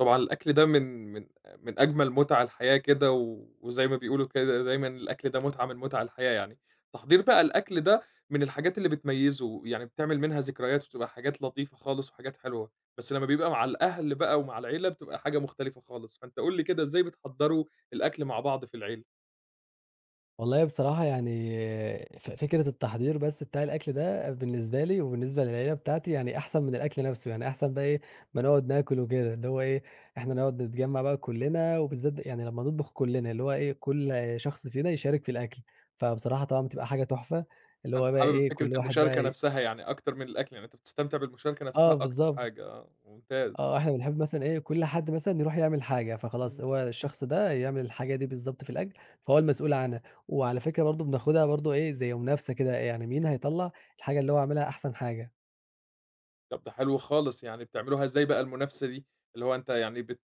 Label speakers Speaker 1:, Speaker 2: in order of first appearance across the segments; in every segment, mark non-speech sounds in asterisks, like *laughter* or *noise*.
Speaker 1: طبعًا الأكل ده من من أجمل مُتع الحياة كده، وزي ما بيقولوا كده دايمًا الأكل ده مُتعة من مُتع الحياة يعني. تحضير بقى الأكل ده من الحاجات اللي بتميّزه، يعني بتعمل منها ذكريات وبتبقى حاجات لطيفة خالص وحاجات حلوة، بس لمّا بيبقى مع الأهل بقى ومع العيلة بتبقى حاجة مختلفة خالص، فأنت قُل لي كده إزاي بتحضّروا الأكل مع بعض في العيلة؟
Speaker 2: والله بصراحة يعني فكرة التحضير بس بتاع الأكل ده بالنسبة لي وبالنسبة للعيلة بتاعتي يعني أحسن من الأكل نفسه، يعني أحسن بقى إيه ما نقعد ناكل وكده، اللي هو إيه إحنا نقعد نتجمّع بقى كلّنا وبالذات يعني لمّا نطبخ كلّنا، اللي هو إيه كل شخص فينا يشارك في الأكل، فبصراحة طبعًا بتبقى حاجة تحفة، اللي
Speaker 1: فأنت
Speaker 2: هو بقى
Speaker 1: حابب
Speaker 2: إيه
Speaker 1: فكرة
Speaker 2: كل واحد
Speaker 1: المشاركة
Speaker 2: بقى
Speaker 1: نفسها يعني أكتر من الأكل، يعني أنت بتستمتع بالمشاركة
Speaker 2: آه
Speaker 1: نفسها أكتر
Speaker 2: بالضبط.
Speaker 1: حاجة آه، ممتاز.
Speaker 2: آه، إحنا بنحب مثلًا إيه، كل حد مثلًا يروح يعمل حاجة، فخلاص
Speaker 1: إمم.
Speaker 2: هو الشخص ده يعمل الحاجة دي بالضبط في الأكل، فهو المسؤول عنها. وعلى فكرة برضه بناخدها برضه إيه، زي منافسة كده، يعني مين هيطلّع الحاجة اللي هو عاملها أحسن حاجة.
Speaker 1: طب ده حلو خالص، يعني بتعملوها إزاي بقى المنافسة دي؟ اللي هو أنت يعني بت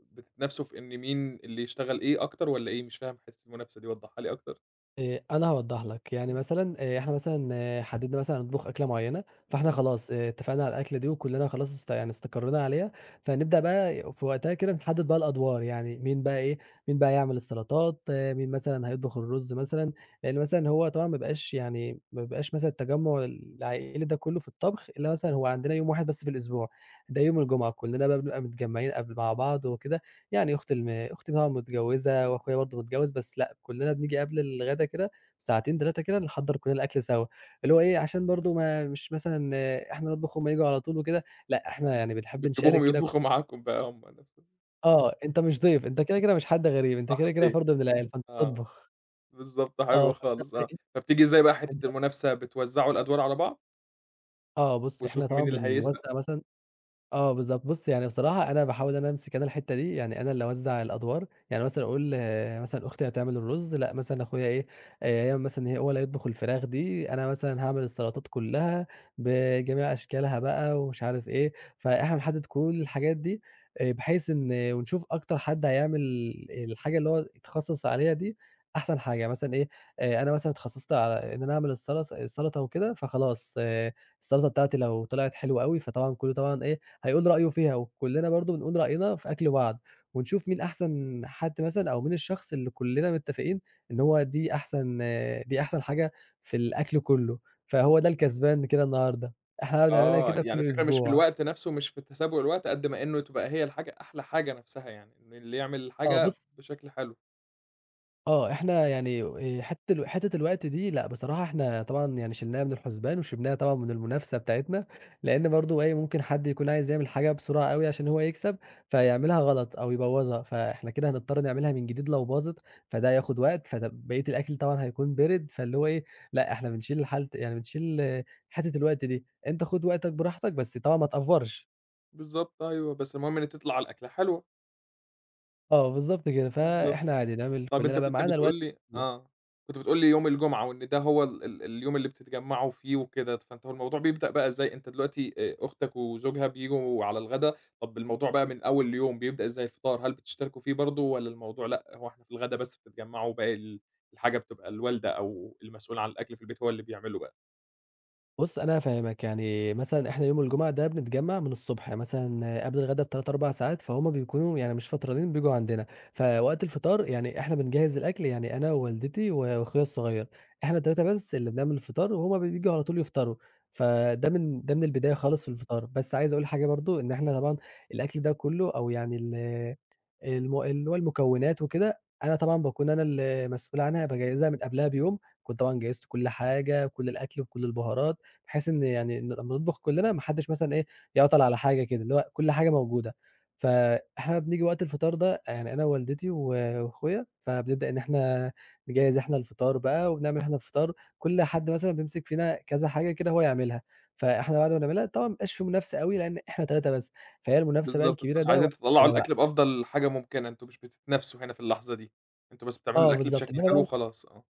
Speaker 1: بتتنافسوا في إن مين اللي يشتغل إيه أكتر والّا إيه؟ مش فاهم حتّة المنافسة دي وضّحها لي أكتر.
Speaker 2: أنا هاوضّح لك، يعني
Speaker 1: إمم.
Speaker 2: مثلًا إحنا مثلًا حددنا مثلًا هنطبخ أكلة معيّنة، فإحنا
Speaker 1: إمم.
Speaker 2: خلاص اتفقنا على الأكلة دي وكلّنا خلاص يعني استقرينا عليها، فنبدأ بقى في وقتها كده نحدد بقى الأدوار، يعني مين بقى إيه، مين بقى يعمل السلطات، مين مثلًا هيطبخ الرز مثلًا، لإن مثلًا هو طبعًا ما بيبقاش يعني ما بيبقاش مثلًا التجمُّع العائلي ده كلّه في الطبخ، إلا مثلًا هو عندنا يوم واحد بس في الأسبوع، ده يوم الجمعة، كلّنا بقى بنبقى متجمّعين قبل مع بعض وكده، يعني أختي طبعًا متجوّزة وأخويا برضه متجوّز، بس لأ، كُلّنا بنيجي قبل الغدا كده بساعتين 3 كده نحضّر كُلّنا الأكل سوا، اللي هو إيه، عشان برضه ما مش مثلًا إحنا نطبخ وهُم ييجوا على طول وكده، لأ، إحنا يعني بنحب نشارك
Speaker 1: بتجيبوهم
Speaker 2: كده
Speaker 1: يطبخوا معاكم بقى هم نفسهم،
Speaker 2: آه، أنت مش ضيف، أنت كده، كده مش حد غريب، أنت
Speaker 1: صح
Speaker 2: كده، كده
Speaker 1: كده،
Speaker 2: فرد من العيال، فأنت
Speaker 1: آه.
Speaker 2: تطبخ.
Speaker 1: بالضبط،
Speaker 2: آه،
Speaker 1: حلو
Speaker 2: فأنت
Speaker 1: خالص
Speaker 2: بقى
Speaker 1: آه.
Speaker 2: إيه،
Speaker 1: فبتيجي إزاي بقى حتّة
Speaker 2: أنت
Speaker 1: المنافسة، بتوزّعوا الأدوار على بعض
Speaker 2: آه، بُص إحنا
Speaker 1: وتشوفوا
Speaker 2: طبعًا
Speaker 1: مين اللي هيسبق؟
Speaker 2: بنوزّع مثلًا. آه بالضبط، بُص يعني بصراحة أنا باحاول أنا أمسك أنا الحتّة دي، يعني أنا اللي أوزّع الأدوار، يعني مثلًا أقول آه، مثلًا أختي هتعمل الرُز، لأ مثلًا أخويا إيه، هي مثلًا هو اللي هيطبخ الفراخ دي، أنا مثلًا هاعمل السلطات كلّها بجميع أشكالها بقى ومش عارف إيه، فإحنا بنحدّد كل الحاجات دي بحيث إن ونشوف أكتر حد هيعمل الحاجة اللي هو اتخصّص عليها دي أحسن حاجة، يعني مثلًا إيه، أنا مثلًا اتخصّصت على إن أنا أعمل السلطة وكده، فخلاص السلطة بتاعتي لو طلعت حلوة أوي، فطبعًا كلّه طبعًا إيه هيقول رأيه فيها وكلّنا برضه بنقول رأينا في أكل بعض، ونشوف مين أحسن حد مثلًا أو مين الشخص اللي كلّنا متّفقين إن هو دي أحسن حاجة في الأكل كلّه، فهو ده الكسبان كده النهارده، إحنا بنعملها
Speaker 1: آه.
Speaker 2: كده *laughs*
Speaker 1: يعني
Speaker 2: كل
Speaker 1: الفكرة مش في
Speaker 2: أسبوع.
Speaker 1: الوقت نفسه، مش في تسابق الوقت قد ما إنه تبقى هي الحاجة أحلى حاجة نفسها يعني، إن اللي يعمل
Speaker 2: آه
Speaker 1: الحاجة
Speaker 2: بُص.
Speaker 1: بشكل حلو.
Speaker 2: آه، إحنا يعني حتّة الوقت دي لأ، بصراحة إحنا طبعًا يعني شِلناها من الحُسبان وشِلناها طبعًا من المنافسة بتاعتنا، لإن برضه إيه، ممكن حد يكون عايز يعمل حاجة بسرعة أوي عشان هو يكسب، فيعملها غلط أو يبوّظها، فإحنا كده هنضطر نعملها من جديد لو باظت، فده هياخد وقت، فده بقية الأكل طبعًا هيكون بِرِد، فاللي هو إيه، لأ، إحنا بنشيل الحالة يعني بنشيل آه، حتّة الوقت دي، أنت خُد وقتك براحتك بس طبعًا ما تأفّرش.
Speaker 1: بالضبط أيوه، بس المهم إن تطلع الأكلة حلوة،
Speaker 2: آه، بالضبط كده،
Speaker 1: بالضبط.
Speaker 2: فإحنا عادي نعمل
Speaker 1: طَب أنت
Speaker 2: كُلّنا بقى
Speaker 1: كنت
Speaker 2: معانا الوقت.
Speaker 1: بتقول لي آه، كنت بتقول لي يوم الجمعة وإن ده هو ال ال اليوم اللي بتتجمّعوا فيه وكده، فأنت هو الموضوع بيبدأ بقى إزاي؟ أنت دلوقتي أختك وزوجها بييجوا على الغدا، طَب الموضوع بقى من أول يوم بيبدأ إزاي الفطار؟ هل بتشتركوا فيه برضه والّا الموضوع لأ، هو إحنا في الغدا بس بتتجمّعوا وباقي الحاجة بتبقى الوالدة أو المسؤول عن الأكل في البيت هو اللي بيعمله بقى؟
Speaker 2: بُص أنا هافهّمك، يعني مثلًا إحنا يوم الجمعة ده بنتجمّع من الصبح، يعني مثلًا قبل الغدا ب3، 4 ساعات، فهُم بيكونوا يعني مش فطرانين بييجوا عندنا، فوقت الفطار يعني إحنا بنجهّز الأكل يعني أنا ووالدتي وأخويا الصغير، إحنا ال3 بس اللي بنعمل الفطار وهُم بييجوا على طول يفطروا، فده من ده من البداية خالص في الفطار، بس عايز أقول حاجة برضه، إن إحنا طبعًا الأكل ده كُلّه أو يعني ال الم اللي هو المكونات وكده، أنا طبعًا باكون أنا المسؤول عنها باجهّزها من قبلها بيوم، أكون طبعًا جهّزت كل حاجة، كل الأكل وكل البهارات. بحيث إن يعني إن لمّا نطبخ كلّنا ما حدّش مثلًا إيه، يعطل على حاجة كده، اللي هو كل حاجة موجودة. فإحنا بنيجي وقت الفطار ده يعني أنا ووالدتي وأخويا، فبنبدأ إن إحنا نجهّز إحنا الفطار بقى وبنعمل إحنا الفطار، كل حد مثلًا بيمسك فينا كذا حاجة كده هو يعملها، فإحنا بعد ما بنعملها طبعًا ما بيبقاش في منافسة أوي لإن إحنا 3 بس، فهي المنافسة بقى
Speaker 1: بالضبط، أنتم
Speaker 2: الكبيرة
Speaker 1: بس
Speaker 2: ده
Speaker 1: عايزين
Speaker 2: وقت
Speaker 1: تطلّعوا
Speaker 2: الغدا بقى.
Speaker 1: الأكل بأفضل حاجة ممكنة، أنتم مش بتتنافسوا هنا في اللحظة دي، أنتم بس بتعملوا
Speaker 2: آه
Speaker 1: الأكل
Speaker 2: بالضبط،
Speaker 1: بشكل
Speaker 2: إنّما
Speaker 1: حلو
Speaker 2: بقى
Speaker 1: وخلاص، آه.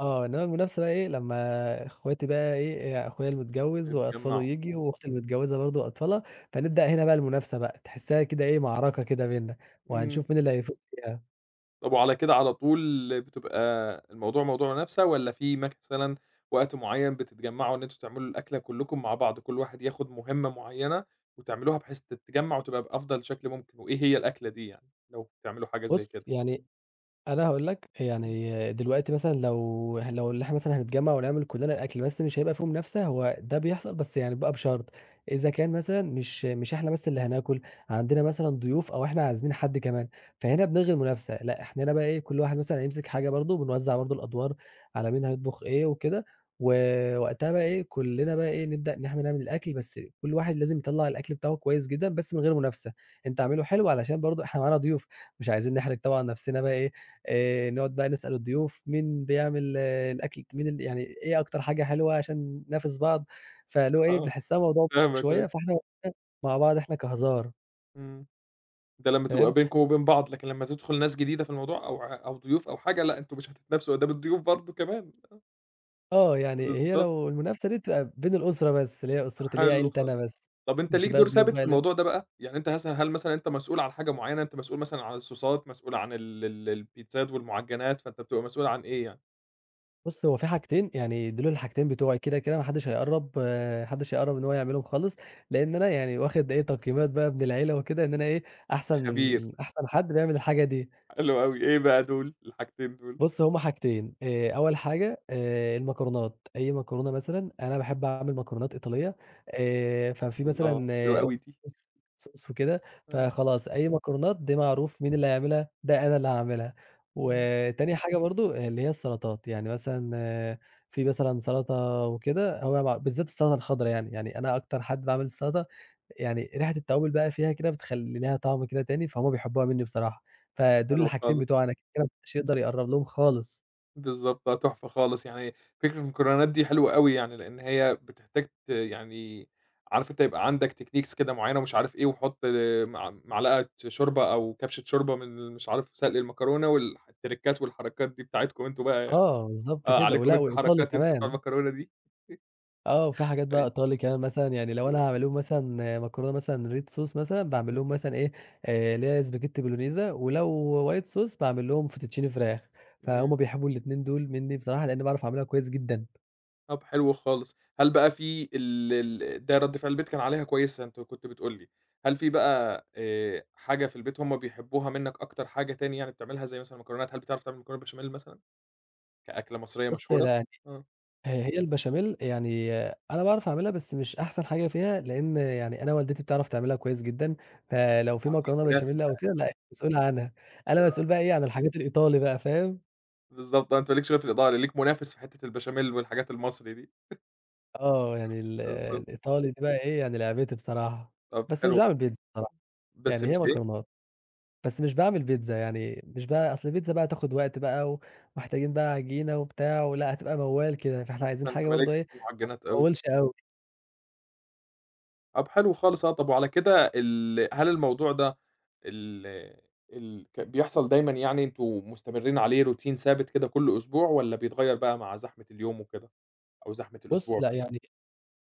Speaker 2: آه، إنما المنافسة بقى إيه، لمّا إخواتي بقى إيه، إيه، أخويا المتجوز وأطفاله
Speaker 1: اتجمّعوا،
Speaker 2: ييجي، وأختي المتجوزة برضه وأطفالها، فنبدأ هنا بقى المنافسة بقى، تحسّها كده إيه، معركة كده بيننا،
Speaker 1: إمم.
Speaker 2: وهنشوف مين اللي هيفوز فيها.
Speaker 1: طب وعلى كده على طول بتبقى الموضوع موضوع منافسة والّا في مثلًا وقت معيّن بتتجمّعوا إن أنتم تعملوا الأكلة كلّكم مع بعض، كل واحد ياخد مهمة معيّنة وتعملوها بحيث تتجمّع وتبقى بأفضل شكل ممكن، وإيه هي الأكلة دي يعني لو بتعملوا حاجة زي
Speaker 2: بُص،
Speaker 1: كده؟
Speaker 2: يعني أنا هاقول لك، يعني دلوقتي مثلًا لو اللي إحنا مثلًا هنتجمّع ونعمل كُلّنا الأكل، بس مش هيبقى في منافسة، هو ده بيحصل بس يعني بقى بشرط، إذا كان مثلًا مش إحنا بس اللي هناكل، عندنا مثلًا ضيوف أو إحنا عازمين حد كمان، فهنا بنلغي المنافسة، لأ إحنا هنا بقى إيه، كل واحد مثلًا هيمسك حاجة برضه، بنوزّع برضه الأدوار على مين هيطبخ إيه وكده، ووقتها بقى إيه، كُلّنا بقى إيه، نبدأ إن إحنا نعمل الأكل، بس كل واحد لازم يطلّع الأكل بتاعه كويس جدًا، بس من غير منافسة، أنت اعمله حلو علشان برضه إحنا معانا ضيوف، مش عايزين نحرج طبعًا نفسنا بقى إيه، نقعد بقى نسأل الضيوف مين بيعمل الأكل مين ال يعني إيه أكتر حاجة حلوة عشان ننافس بعض، فاللي هو إيه
Speaker 1: آه،
Speaker 2: بنحسها موضوع
Speaker 1: فاهمك
Speaker 2: شوية،
Speaker 1: أيوه،
Speaker 2: فإحنا وقتها مع بعض إحنا كهزار
Speaker 1: إمم. ده لمّا تبقى
Speaker 2: فاهم،
Speaker 1: بينكم وبين بعض، لكن لمّا تدخل ناس جديدة في الموضوع أو ضيوف أو حاجة لأ، أنتم مش هتتنافسوا قدّام الضيوف برضه كمان.
Speaker 2: آه يعني هي
Speaker 1: بالضبط،
Speaker 2: لو المنافسة دي بتبقى بين الأسرة بس، اللي هي أسرتي اللي هي
Speaker 1: حلو
Speaker 2: عيلتي
Speaker 1: خالص.
Speaker 2: أنا بس،
Speaker 1: طب أنت
Speaker 2: مش
Speaker 1: ليك
Speaker 2: بقى
Speaker 1: دور
Speaker 2: الضيوف
Speaker 1: ثابت في
Speaker 2: بقى لا.
Speaker 1: الموضوع ده بقى؟ يعني أنت مثلًا هل مثلًا أنت مسؤول عن حاجة معيّنة، أنت مسؤول مثلًا عن الصوصات، مسؤول عن ال ال البيتزات والمعجنات، فأنت بتبقى مسؤول عن إيه يعني؟
Speaker 2: بُص هو في حاجتين يعني دول الحاجتين بتوعي كده، كده ما حدش هيقرّب ما حدش هيقرّب إن هو يعملهم خالص، لإن أنا يعني واخد إيه تقييمات بقى من العيلة وكده، إن أنا إيه أحسن
Speaker 1: خبير،
Speaker 2: حد بيعمل الحاجة دي.
Speaker 1: حلو أوي، إيه بقى دول الحاجتين دول؟
Speaker 2: بُص، هُم حاجتين، أول حاجة المكرونات، أي مكرونة مثلًا، أنا باحب أعمل مكرونات إيطالية، ففي مثلًا
Speaker 1: الله! حلوة أوي دي،
Speaker 2: صوص صوص وكده،
Speaker 1: آه،
Speaker 2: فخلاص أي مكرونات دي معروف مين اللي هيعملها، ده أنا اللي هاعملها.
Speaker 1: إمم،
Speaker 2: وتاني حاجة برضه اللي هي السلطات، يعني مثلًا في مثلًا سلطة وكده، هو مع بالذات السلطة الخضرا يعني، يعني أنا أكتر حد باعمل السلطة يعني ريحة التوابل بقى فيها كده بتخلّي ليها طعم كده تاني، فهُم بيحبوها منّي بصراحة، فدول
Speaker 1: حلو
Speaker 2: الحاجتين
Speaker 1: خالص.
Speaker 2: بتوعي أنا كده كده ما حدش يقدر يقرّب لهم خالص.
Speaker 1: بالضبط، آه، تحفة خالص، يعني فكرة المكرونات دي حلوة أوي يعني، لإن هي بتحتاج يعني عارف أنت يبقى عندك techniques كده معيّنة ومش عارف إيه، وحُط مع معلقة شوربة أو كبشة شوربة من مش عارف سلق المكرونة التريكات والحركات دي بتاعتكم أنتم بقى،
Speaker 2: آه، بالضبط
Speaker 1: آه،
Speaker 2: كده،
Speaker 1: عليكم
Speaker 2: ولأ
Speaker 1: أنتم
Speaker 2: وإيطالي
Speaker 1: حركات أنتم بتوع
Speaker 2: كمان،
Speaker 1: المكرونة دي،
Speaker 2: آه، وفي حاجات بقى
Speaker 1: أيوه،
Speaker 2: إيطالي كمان مثلًا يعني لو أنا هاعمل لهم مثلًا مكرونة مثلًا red sauce مثلًا، باعمل
Speaker 1: إمم،
Speaker 2: لهم مثلًا إيه، اللي هي spaghetti bolognese ولو white sauce باعمل لهم فوتوتشيني فراخ،
Speaker 1: إمم.
Speaker 2: فهُم بيحبوا الاتنين دول منّي بصراحة لإنّي باعرف أعملها كويس جدًا.
Speaker 1: طب حلو خالص. هل بقى في ال ال ده رَد فعل البيت كان عليها كويسة أنت كنت بتقول لي، هل في بقى حاجة في البيت هم بيحبوها منّك أكتر حاجة تاني يعني بتعملها زي مثلًا المكرونات، هل بتعرف تعمل مكرونة بشاميل مثلًا كأكلة مصرية
Speaker 2: بُص
Speaker 1: مشهورة؟
Speaker 2: لأ
Speaker 1: آه،
Speaker 2: هي البشاميل يعني أنا باعرف أعملها، بس مش أحسن حاجة فيها، لإن يعني أنا والدتي بتعرف تعملها كويس جدًا، فلو في
Speaker 1: آه ليك
Speaker 2: مكرونة
Speaker 1: منافس
Speaker 2: بشاميل
Speaker 1: بقى
Speaker 2: أو كده لأ هي مسؤولة عنها، أنا مسؤول بقى إيه عن الحاجات الإيطالي بقى فاهم؟
Speaker 1: بالضبط آه، أنت ما ليكش غير في الإدارة، ليك منافس في حتّة البشاميل والحاجات المصري دي،
Speaker 2: آه يعني ال
Speaker 1: بالضبط.
Speaker 2: الإيطالي دي بقى إيه يعني لعبتي بصراحة،
Speaker 1: طب
Speaker 2: بس مش
Speaker 1: حلو،
Speaker 2: باعمل بيتزا بصراحة،
Speaker 1: بس
Speaker 2: يعني
Speaker 1: مش
Speaker 2: هي
Speaker 1: إيه،
Speaker 2: مكرونات، بس مش باعمل بيتزا يعني مش بقى أصل البيتزا بقى هتاخد وقت بقى، ومحتاجين بقى عجينة وبتاع، ولأ هتبقى موال كده، فإحنا عايزين
Speaker 1: ما أنت
Speaker 2: حاجة
Speaker 1: ما لكش
Speaker 2: برضه إيه
Speaker 1: في
Speaker 2: ما
Speaker 1: المعجنات أوي.
Speaker 2: تطولش أوي،
Speaker 1: طب حلو خالص آه، طب وعلى كده هل الموضوع ده ال ال ك بيحصل دايمًا يعني أنتم مستمرين عليه روتين ثابت كده كل أسبوع والّا بيتغيّر بقى مع زحمة اليوم وكده أو زحمة
Speaker 2: بُص
Speaker 1: الأسبوع
Speaker 2: لأ
Speaker 1: بقى؟
Speaker 2: يعني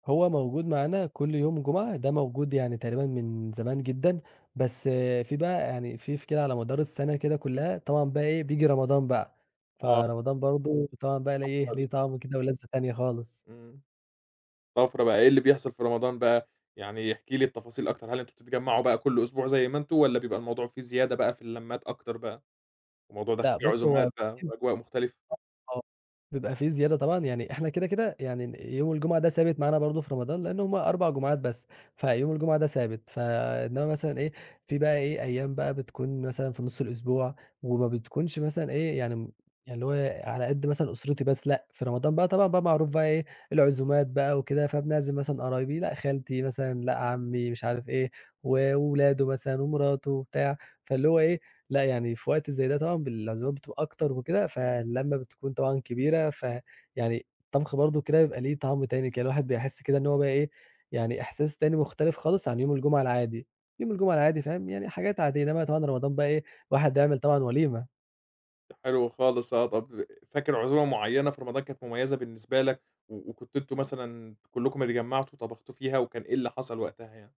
Speaker 2: هو موجود معانا كل يوم جمعة، ده موجود يعني تقريبًا من زمان جدًا، بس في بقى يعني في كده على مدار السنة كده كلّها طبعًا بقى إيه، بييجي رمضان بقى،
Speaker 1: آه،
Speaker 2: فرمضان برضه طبعًا بقى ليه إيه،
Speaker 1: الطفرة دي،
Speaker 2: ليه طعم كده ولذّة تانية خالص.
Speaker 1: إمم، طفرة بقى إيه اللي بيحصل في رمضان بقى؟ يعني احكِ لي التفاصيل أكتر، هل أنتم بتتجمّعوا بقى كل أسبوع زي ما أنتم والّا بيبقى الموضوع فيه زيادة بقى في اللمّات أكتر بقى؟ الموضوع ده
Speaker 2: لأ
Speaker 1: فيه
Speaker 2: بُص هو
Speaker 1: عزومات بقى وأجواء مختلفة؟
Speaker 2: آه، بيبقى في زيادة طبعًا، يعني إحنا كده، كده يعني يوم الجمعة ده ثابت معانا برضه في رمضان، لأن هم 4 جمعات بس، فيوم الجمعة ده ثابت، فإنما مثلًا إيه، في بقى إيه، أيام بقى بتكون مثلًا في نُص الأسبوع، وما بتكونش مثلًا إيه، يعني يعني اللي هو على قد مثلًا أسرتي بس، لأ، في رمضان بقى طبعًا بقى معروف بقى إيه، العزومات بقى وكده، فبنعزم مثلًا قرايبي، لأ خالتي مثلًا، لأ عمي، مش عارف إيه، وولاده مثلًا ومراته وبتاع، فاللي هو إيه، لأ، يعني في وقت زي ده طبعًا بالعزومات بتبقى أكتر وكده، فاللمّة بتكون طبعًا كبيرة، فيعني الطبخ برضه كده بيبقى ليه طعم تاني كده، الواحد بيحس كده إن هو بقى إيه، يعني إحساس تاني مختلف خالص عن يوم الجمعة العادي، يوم الجمعة العادي فاهم، يعني حاجات عادية، إنما طبعًا رمضان بقى إيه، الواحد يعمل طبعًا وليمة.
Speaker 1: حلو خالص آه، طَب فاكر عزومة معيّنة في رمضان كانت مميّزة بالنسبة لك وكنتوا أنتم مثلًا كلّكم اتجمّعتوا طبختوا فيها وكان إيه اللي حصل وقتها يعني؟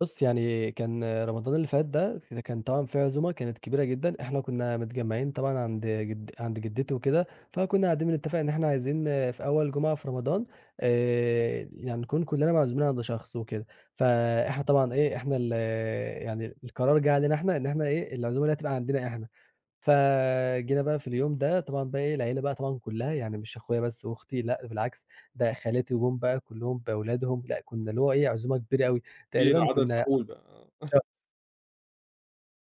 Speaker 2: بُص، يعني كان رمضان اللي فات ده كان طبعًا في عزومة كانت كبيرة جدًا، إحنا كنا متجمّعين طبعًا عند عند جدتي وكده، فكنا قاعدين بنتفق إن إحنا عايزين في أول جمعة في رمضان يعني نكون كلّنا معزومين عند شخص وكده، فإحنا طبعًا إيه، إحنا ال يعني القرار جِه علينا إحنا إن إحنا إيه، العزومة اللي هتبقى عندنا إحنا، فجينا بقى في اليوم ده طبعًا بقى إيه، العيلة بقى طبعًا كلّها يعني مش أخويا بس وأختي لأ، بالعكس ده خالاتي وجُم بقى كلّهم بأولادهم، لأ كنا اللي هو إيه، عزومة كبيرة أوي،
Speaker 1: كبير
Speaker 2: تقريبًا
Speaker 1: عدد
Speaker 2: كنا
Speaker 1: مهول بقى
Speaker 2: إن
Speaker 1: آه،
Speaker 2: شاء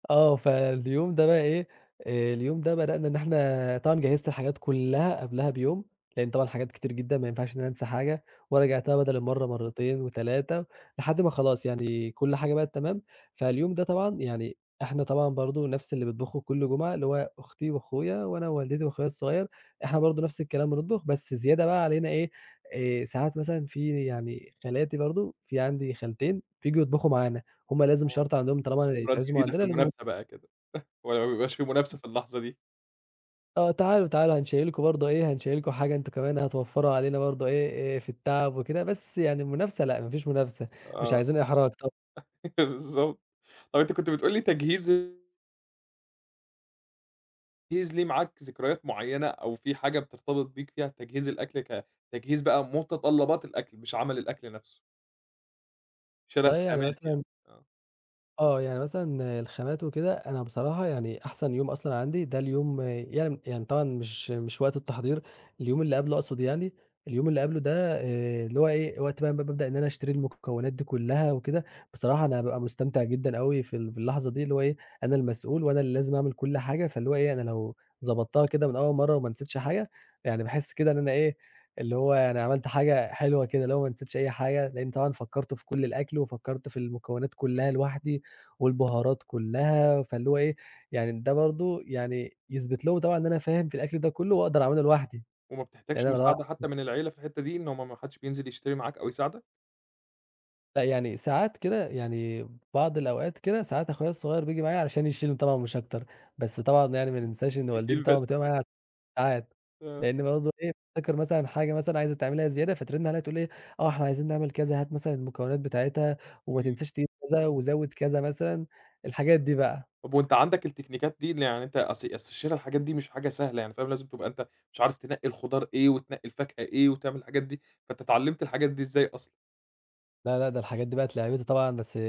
Speaker 2: آه، فاليوم ده بقى إيه، اليوم ده بدأنا إن إحنا طبعًا جهّزت الحاجات كلّها قبلها بيوم، لإن طبعًا حاجات كتير جدًا ما ينفعش إن أنا أنسى حاجة، ورجعتها بدل المَرّة مرّتين و3 لحد ما خلاص يعني كل حاجة بقت تمام، فاليوم ده طبعًا يعني إحنا طبعًا برضه نفس اللي بيطبخه كل جمعة، اللي هو أختي وأخويا وأنا ووالدتي وأخويا الصغير، إحنا برضه نفس الكلام بنطبخ، بس زيادة بقى علينا إيه، ساعات مثلًا في يعني خالاتي برضه، في عندي خالتين بييجوا يطبخوا معانا، هُم لازم
Speaker 1: آه،
Speaker 2: شرط عندهم طالما
Speaker 1: خبرات
Speaker 2: اتعزموا
Speaker 1: جديدة
Speaker 2: عندنا
Speaker 1: في
Speaker 2: لازم
Speaker 1: المنافسة بقى كده، هو ما بيبقاش في منافسة في اللحظة دي،
Speaker 2: آه، تعالوا، تعالوا هنشيّلكم برضه إيه، هنشيّلكم حاجة أنتم كمان هتوفّروا علينا برضه إيه، في التعب وكده، بس يعني المنافسة لأ، ما فيش منافسة، مش
Speaker 1: آه
Speaker 2: عايزين إحراج. طَب
Speaker 1: *laughs* بالضبط. طَب أنت كنت بتقول لي التجهيز ليه معاك ذكريات معيّنة أو في حاجة بترتبط بيك فيها تجهيز الأكل ك تجهيز بقى متطلّبات الأكل مش عمل الأكل نَفْسه، شِرَى
Speaker 2: والله يعني
Speaker 1: الخامات يعني،
Speaker 2: مثلًا
Speaker 1: آه.
Speaker 2: آه، يعني مثلًا الخامات وكده، أنا بصراحة يعني أحسن يوم أصلًا عندي ده اليوم يعني طبعًا مش وقت التحضير، اليوم اللي قبله أقصد يعني، اليوم اللي قبله ده اللي هو إيه، وقت بقى ما بابدأ إن أنا أشتري المكونات دي كلها وكده، بصراحة أنا بابقى مستمتع جدًا أوي في اللحظة دي، اللي هو إيه، أنا المسؤول وأنا اللي لازم أعمل كل حاجة، فاللي هو إيه، أنا لو ضبطتها كده من أول مرة وما نسيتش حاجة، يعني باحس كده إن أنا إيه، اللي هو يعني عملت حاجة حلوة كده، اللي هو ما نسيتش أي حاجة، لإن طبعًا فكّرت في كل الأكل وفكّرت في المكونات كلها لوحدي، والبهارات كلّها، فاللي هو إيه، يعني ده برضه يعني يثبت لهم طبعًا إن أنا فاهم في الأكل ده كلّه وأقدر أعمله لوحدي،
Speaker 1: وما
Speaker 2: لإن
Speaker 1: بتحتاجش
Speaker 2: أنا لو أنا
Speaker 1: مساعدة حتى من العيلة في الحتّة دي، إن هم ما حدش بينزل يشتري معاك أو يساعدك؟
Speaker 2: لأ، يعني ساعات كده يعني بعض الأوقات كده ساعات أخويا الصغير بييجي معايا علشان يشيله طبعًا مش أكتر، بس طبعًا يعني ما ننساش إن والدتي
Speaker 1: بتشيل
Speaker 2: طبعًا
Speaker 1: بس.
Speaker 2: بتبقى معايا ساعات،
Speaker 1: آه،
Speaker 2: لإن برضه إيه، بافتكر مثلًا حاجة مثلًا عايزة تعملها زيادة فترن عليّا تقول إيه، آه إحنا عايزين نعمل كذا، هات مثلًا المكونات بتاعتها وما
Speaker 1: إمم.
Speaker 2: تنساش تجيب كذا وزوّد كذا مثلًا، الحاجات دي بقى.
Speaker 1: طب وأنت عندك التكنيكات دي اللي يعني أنت أصل شِرا الحاجات دي مش حاجة سهلة يعني فاهم، لازم تبقى أنت مش عارف تنقّي الخضار إيه، وتنقّي الفاكهة إيه، وتعمل الحاجات دي، فأنت اتعلّمت الحاجات دي إزاي أصلًا؟
Speaker 2: لا، لأ، ده الحاجات دي بقت لعبتي طبعًا، بس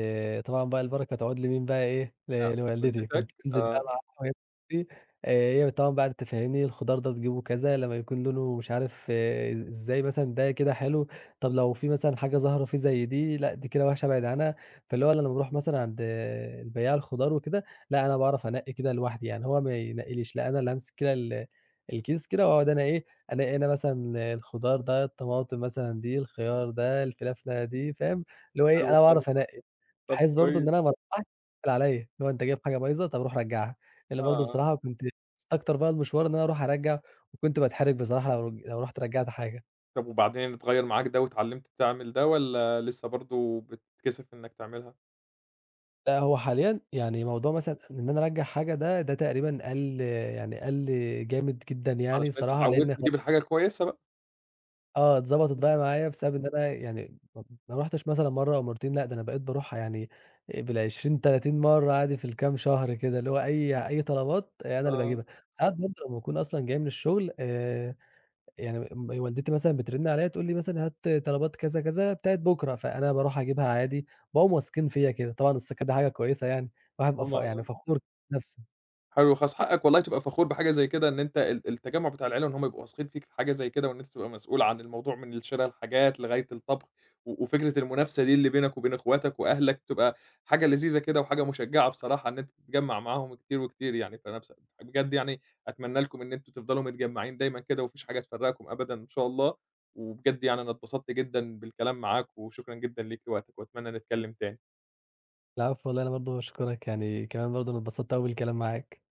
Speaker 2: طبعًا بقى البركة تعود لمين بقى إيه،
Speaker 1: آه،
Speaker 2: لوالدتي،
Speaker 1: والدتك؟
Speaker 2: كنت أنزل
Speaker 1: آه،
Speaker 2: بقى مع أنا وهي بتشتري هي طبعًا بقى أنت فاهمني الخضار ده بتجيبه كذا، لمّا يكون لونه مش عارف آه، إزاي مثلًا ده كده حلو، طب لو في مثلًا حاجة ظاهرة فيه زي دي، لأ، دي كده وحشة ابعد عنها، فاللي هو أنا لمّا باروح مثلًا عند آه، البياع الخضار وكده، لأ، أنا باعرف أنقي كده لوحدي، يعني هو ما ينقيليش، لأ، أنا اللي هامسك كده الكيس كده واقعد أنا إيه، ألاقي أنا هنا مثلًا الخضار ده، الطماطم مثلًا دي، الخيار ده، الفلافلة دي، فاهم؟ اللي هو إيه،
Speaker 1: حلو
Speaker 2: أنا
Speaker 1: خالص،
Speaker 2: باعرف أنقّي،
Speaker 1: طب
Speaker 2: بحيث برضه إن
Speaker 1: كويس،
Speaker 2: أنا ما أروّحش يتقال عليّا، اللي هو أنت جايب حاجة بايظة، طب روح رجّعها، اللي
Speaker 1: آه.
Speaker 2: برضه
Speaker 1: آه.
Speaker 2: بصراحة كنت باستكتر بقى المشوار إن أنا أروح أرجّع، وكنت باتحرج بصراحة لو رُحت رجّعت حاجة.
Speaker 1: طب وبعدين اتغيّر معاك ده واتعلّمت تعمل ده والّا لسه برضه بتتكسف إنّك تعملها؟
Speaker 2: لأ، هو حاليًا يعني موضوع مثلًا إن أنا أرجّع حاجة ده، ده تقريبًا قَل جامد جدًا يعني
Speaker 1: علشان أنت
Speaker 2: بصراحة،
Speaker 1: اتعوّدت
Speaker 2: لإن
Speaker 1: تجيب الحاجة الكويسة بقى.
Speaker 2: آه، اتضبطت
Speaker 1: إمم،
Speaker 2: بقى معايا بسبب إن أنا يعني ما رُحتش مثلًا مرّة أو مرّتين لأ، ده أنا بقيت باروحها يعني بال20، 30 مرّة عادي في الكام شهر كده، اللي هو أي طلبات آه، أنا اللي
Speaker 1: آه،
Speaker 2: باجيبها. ساعات برضه لمّا باكون أصلًا جاي من الشغل يعني م والدتي مثلًا بترن عليّا تقول لي مثلًا هات طلبات كذا، كذا بتاعة بُكرة، فأنا باروح أجيبها عادي، باقوم واثقين فيّا كده، طبعًا الثقة دي حاجة كويسة يعني، الواحد بيبقى يعني
Speaker 1: طبعًا.
Speaker 2: فخور بنفسه.
Speaker 1: حلو خالص، حقك والله تبقى فخور بحاجة زي كده، إن أنت التجمُّع بتاع العيلة وإن هُم يبقوا واثقين فيك في حاجة زي كده، وإن أنت تبقى مسؤول عن الموضوع من شِرا الحاجات لغاية الطبخ، و وفكرة المنافسة دي اللي بينك وبين إخواتك وأهلك بتبقى حاجة لذيذة كده وحاجة مشجّعة بصراحة إن أنت تتجمّع معاهم كتير وكتير يعني، فأنا بص بجد يعني أتمنى لكم إن أنتم تفضلوا متجمّعين دايمًا كده وما فيش حاجة تفرّقكم أبدًا إن شاء الله، وبجد يعني أنا اتبسطت جدًا بالكلام معاك وشكرًا جدًا ليك لوقتك وأتمنى نتكلّم تاني.
Speaker 2: العفو والله أنا برضه باشكرك يعني كمان برضه أنا اتبسطت أوي بالكلام معاك.